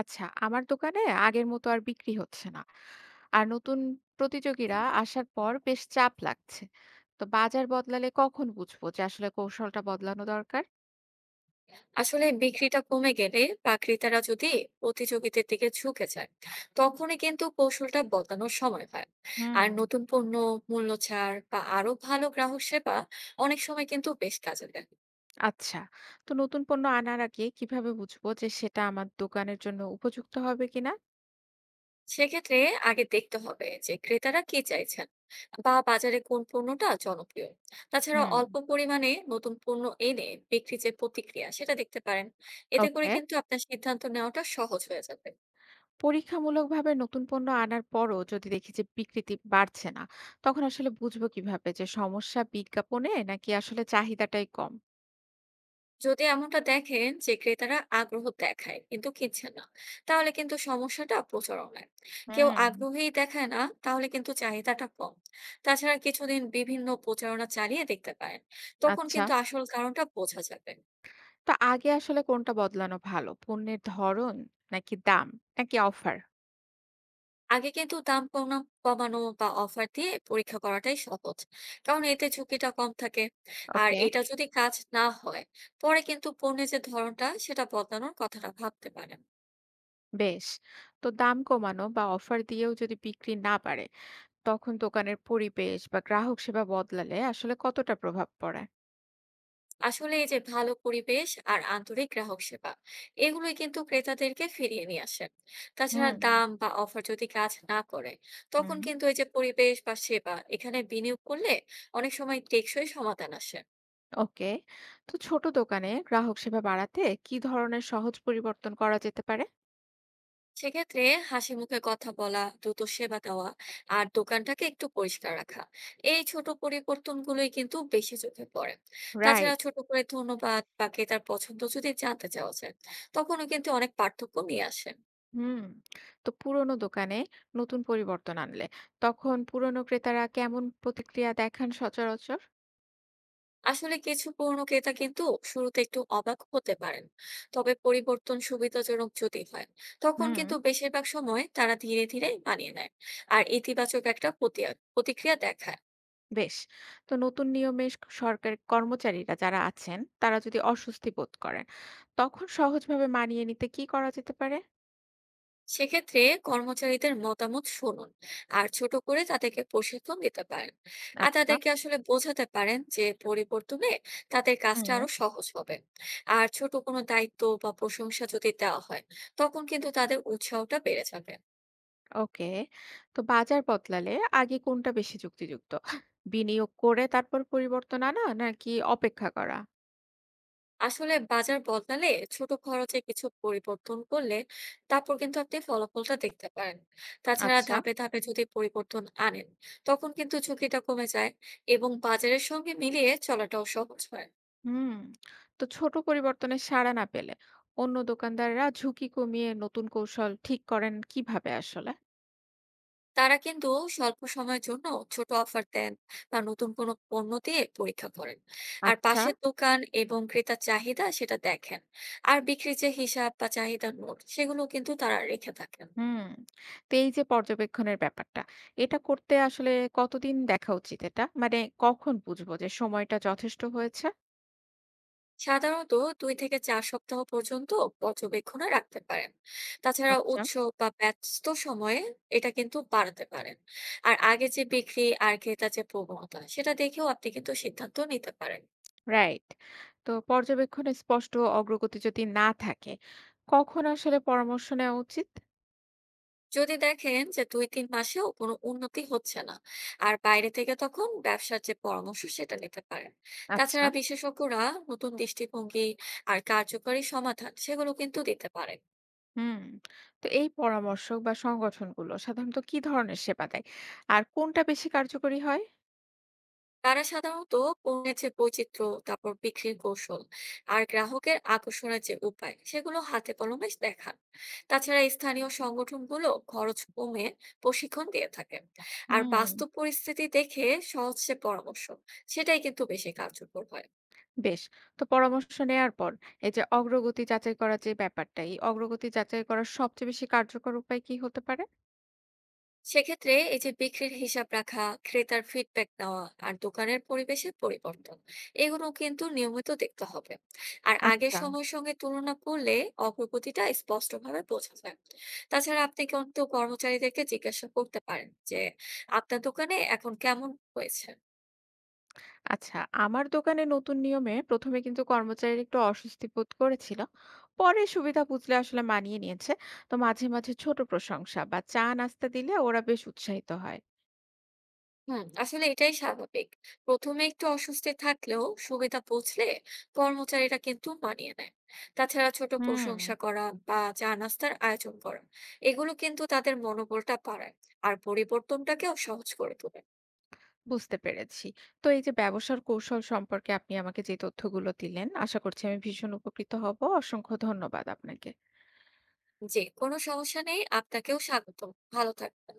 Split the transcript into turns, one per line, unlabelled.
আচ্ছা, আমার দোকানে আগের মতো আর বিক্রি হচ্ছে না। আর নতুন প্রতিযোগীরা আসার পর বেশ চাপ লাগছে। তো বাজার বদলালে কখন বুঝবো যে আসলে কৌশলটা বদলানো দরকার?
আসলে বিক্রিটা কমে গেলে বা ক্রেতারা যদি প্রতিযোগিতার দিকে ঝুঁকে যায়, তখনই কিন্তু কৌশলটা বদলানোর সময় হয়। আর
হুম।
নতুন পণ্য, মূল্য ছাড় বা আরো ভালো গ্রাহক সেবা অনেক সময় কিন্তু বেশ কাজে দেয়।
আচ্ছা, তো নতুন পণ্য আনার আগে কিভাবে বুঝবো যে সেটা আমার দোকানের জন্য উপযুক্ত হবে কিনা?
সেক্ষেত্রে আগে দেখতে হবে যে ক্রেতারা কি চাইছেন বা বাজারে কোন পণ্যটা জনপ্রিয়। তাছাড়া
হুম।
অল্প পরিমাণে নতুন পণ্য এনে বিক্রি যে প্রতিক্রিয়া সেটা দেখতে পারেন। এতে করে
ওকে।
কিন্তু আপনার সিদ্ধান্ত নেওয়াটা সহজ হয়ে যাবে।
পরীক্ষামূলকভাবে নতুন পণ্য আনার পরও যদি দেখি যে বিক্রিতি বাড়ছে না, তখন আসলে বুঝবো কিভাবে যে সমস্যা বিজ্ঞাপনে নাকি আসলে চাহিদাটাই কম?
যদি এমনটা দেখেন যে ক্রেতারা আগ্রহ দেখায় কিন্তু কিনছেন না, তাহলে কিন্তু সমস্যাটা প্রচারণায়। কেউ
হুম।
আগ্রহী দেখায় না, তাহলে কিন্তু চাহিদাটা কম। তাছাড়া কিছুদিন বিভিন্ন প্রচারণা চালিয়ে দেখতে পারেন, তখন
আচ্ছা।
কিন্তু আসল কারণটা বোঝা যাবে।
তো আগে আসলে কোনটা বদলানো ভালো? পণ্যের ধরন নাকি দাম নাকি অফার?
আগে কিন্তু দাম কমানো কমানো বা অফার দিয়ে পরীক্ষা করাটাই সহজ, কারণ এতে ঝুঁকিটা কম থাকে। আর
ওকে,
এটা যদি কাজ না হয়, পরে কিন্তু পণ্যের যে ধরনটা সেটা বদলানোর কথাটা ভাবতে পারেন।
বেশ। তো দাম কমানো বা অফার দিয়েও যদি বিক্রি না বাড়ে, তখন দোকানের পরিবেশ বা গ্রাহক সেবা বদলালে আসলে কতটা প্রভাব পড়ে?
আসলে এই যে ভালো পরিবেশ আর আন্তরিক গ্রাহক সেবা, এগুলোই কিন্তু ক্রেতাদেরকে ফিরিয়ে নিয়ে আসে। তাছাড়া
হুম,
দাম বা অফার যদি কাজ না করে, তখন
হুম।
কিন্তু এই যে পরিবেশ বা সেবা, এখানে বিনিয়োগ করলে অনেক সময় টেকসই সমাধান আসে।
ওকে। তো ছোট দোকানে গ্রাহক সেবা বাড়াতে কি ধরনের সহজ পরিবর্তন করা যেতে পারে?
সেক্ষেত্রে হাসি মুখে কথা বলা, দ্রুত সেবা দেওয়া আর দোকানটাকে একটু পরিষ্কার রাখা, এই ছোট পরিবর্তনগুলোই কিন্তু বেশি চোখে পড়ে। তাছাড়া
রাইট।
ছোট করে ধন্যবাদ বা ক্রেতার পছন্দ যদি জানতে চাওয়া যায়, তখনও কিন্তু অনেক পার্থক্য নিয়ে আসে।
হুম। তো পুরনো দোকানে নতুন পরিবর্তন আনলে তখন পুরনো ক্রেতারা কেমন প্রতিক্রিয়া দেখান সচরাচর?
আসলে কিছু পুরনো ক্রেতা কিন্তু শুরুতে একটু অবাক হতে পারেন, তবে পরিবর্তন সুবিধাজনক যদি হয়, তখন
হুম।
কিন্তু বেশিরভাগ সময় তারা ধীরে ধীরে মানিয়ে নেয় আর ইতিবাচক একটা প্রতিক্রিয়া দেখায়।
বেশ। তো নতুন নিয়মে সরকারি কর্মচারীরা যারা আছেন তারা যদি অস্বস্তি বোধ করেন তখন সহজভাবে মানিয়ে নিতে কি করা যেতে পারে?
সেক্ষেত্রে কর্মচারীদের মতামত শুনুন, আর ছোট করে তাদেরকে প্রশিক্ষণ দিতে পারেন। আর
আচ্ছা।
তাদেরকে আসলে বোঝাতে পারেন যে পরিবর্তনে তাদের কাজটা
হুম।
আরো সহজ হবে। আর ছোট কোনো দায়িত্ব বা প্রশংসা যদি দেওয়া হয়, তখন কিন্তু তাদের উৎসাহটা বেড়ে যাবে।
ওকে। তো বাজার বদলালে আগে কোনটা বেশি যুক্তিযুক্ত, বিনিয়োগ করে তারপর পরিবর্তন আনা নাকি অপেক্ষা করা?
আসলে বাজার বদলালে ছোট খরচে কিছু পরিবর্তন করলে, তারপর কিন্তু আপনি ফলাফলটা দেখতে পারেন। তাছাড়া
আচ্ছা।
ধাপে ধাপে যদি পরিবর্তন আনেন, তখন কিন্তু ঝুঁকিটা কমে যায় এবং বাজারের সঙ্গে মিলিয়ে চলাটাও সহজ হয়।
হুম। তো ছোট পরিবর্তনের সাড়া না পেলে অন্য দোকানদাররা ঝুঁকি কমিয়ে নতুন কৌশল ঠিক করেন কিভাবে আসলে?
তারা কিন্তু স্বল্প সময়ের জন্য ছোট অফার দেন বা নতুন কোনো পণ্য দিয়ে পরীক্ষা করেন। আর
আচ্ছা।
পাশের দোকান এবং ক্রেতার চাহিদা সেটা দেখেন। আর বিক্রির যে হিসাব বা চাহিদার নোট, সেগুলো কিন্তু তারা রেখে থাকেন।
হুম। তো এই যে পর্যবেক্ষণের ব্যাপারটা, এটা করতে আসলে কতদিন দেখা উচিত এটা? মানে কখন বুঝবো যে সময়টা যথেষ্ট হয়েছে?
সাধারণত 2 থেকে 4 সপ্তাহ পর্যন্ত পর্যবেক্ষণে রাখতে পারেন। তাছাড়া
আচ্ছা।
উৎসব বা ব্যস্ত সময়ে এটা কিন্তু বাড়াতে পারেন। আর আগে যে বিক্রি আর ক্রেতা যে প্রবণতা, সেটা দেখেও আপনি কিন্তু সিদ্ধান্ত নিতে পারেন।
রাইট। তো পর্যবেক্ষণে স্পষ্ট অগ্রগতি যদি না থাকে, কখন আসলে পরামর্শ নেওয়া উচিত?
যদি দেখেন যে 2 3 মাসেও কোনো উন্নতি হচ্ছে না, আর বাইরে থেকে তখন ব্যবসার যে পরামর্শ, সেটা নিতে পারেন।
আচ্ছা।
তাছাড়া বিশেষজ্ঞরা নতুন দৃষ্টিভঙ্গি আর কার্যকরী সমাধান, সেগুলো কিন্তু দিতে পারেন।
হুম। তো এই পরামর্শক বা সংগঠনগুলো সাধারণত কি ধরনের সেবা দেয়? আর কোনটা বেশি কার্যকরী হয়?
তারা সাধারণত পণ্যের যে বৈচিত্র্য, তারপর বিক্রির কৌশল আর গ্রাহকের আকর্ষণের যে উপায়, সেগুলো হাতে কলমে দেখান। তাছাড়া স্থানীয় সংগঠনগুলো খরচ কমে প্রশিক্ষণ দিয়ে থাকে। আর
হুম।
বাস্তব পরিস্থিতি দেখে সহজ যে পরামর্শ, সেটাই কিন্তু বেশি কার্যকর হয়।
বেশ। তো পরামর্শ নেয়ার পর এই যে অগ্রগতি যাচাই করার যে ব্যাপারটা, এই অগ্রগতি যাচাই করার সবচেয়ে বেশি কার্যকর উপায় কি হতে পারে?
সেক্ষেত্রে এই যে বিক্রির হিসাব রাখা, ক্রেতার ফিডব্যাক নেওয়া আর দোকানের পরিবেশের পরিবর্তন, এগুলো কিন্তু নিয়মিত দেখতে হবে। আর আগের
আচ্ছা।
সময়ের সঙ্গে তুলনা করলে অগ্রগতিটা স্পষ্টভাবে বোঝা যায়। তাছাড়া আপনি কিন্তু কর্মচারীদেরকে জিজ্ঞাসা করতে পারেন যে আপনার দোকানে এখন কেমন হয়েছে।
আচ্ছা, আমার দোকানে নতুন নিয়মে ১ম এ কিন্তু কর্মচারীরা একটু অস্বস্তি বোধ করেছিল। পরে সুবিধা বুঝলে আসলে মানিয়ে নিয়েছে। তো মাঝে, মাঝে ছোট প্রশংসা বা চা নাস্তা দিলে ওরা বেশ উৎসাহিত হয়।
হুম, আসলে এটাই স্বাভাবিক। প্রথমে একটু অস্বস্তি থাকলেও সুবিধা বুঝলে কর্মচারীরা কিন্তু মানিয়ে নেয়। তাছাড়া ছোট
হুম।
প্রশংসা করা বা চা নাস্তার আয়োজন করা, এগুলো কিন্তু তাদের মনোবলটা বাড়ায় আর পরিবর্তনটাকেও সহজ করে তোলে।
বুঝতে পেরেছি। তো এই যে ব্যবসার কৌশল সম্পর্কে আপনি আমাকে যে তথ্যগুলো দিলেন, আশা করছি আমি ভীষণ উপকৃত হব। অসংখ্য ধন্যবাদ আপনাকে।
যে কোনো সমস্যা নেই, আপনাকেও স্বাগতম। ভালো থাকবেন।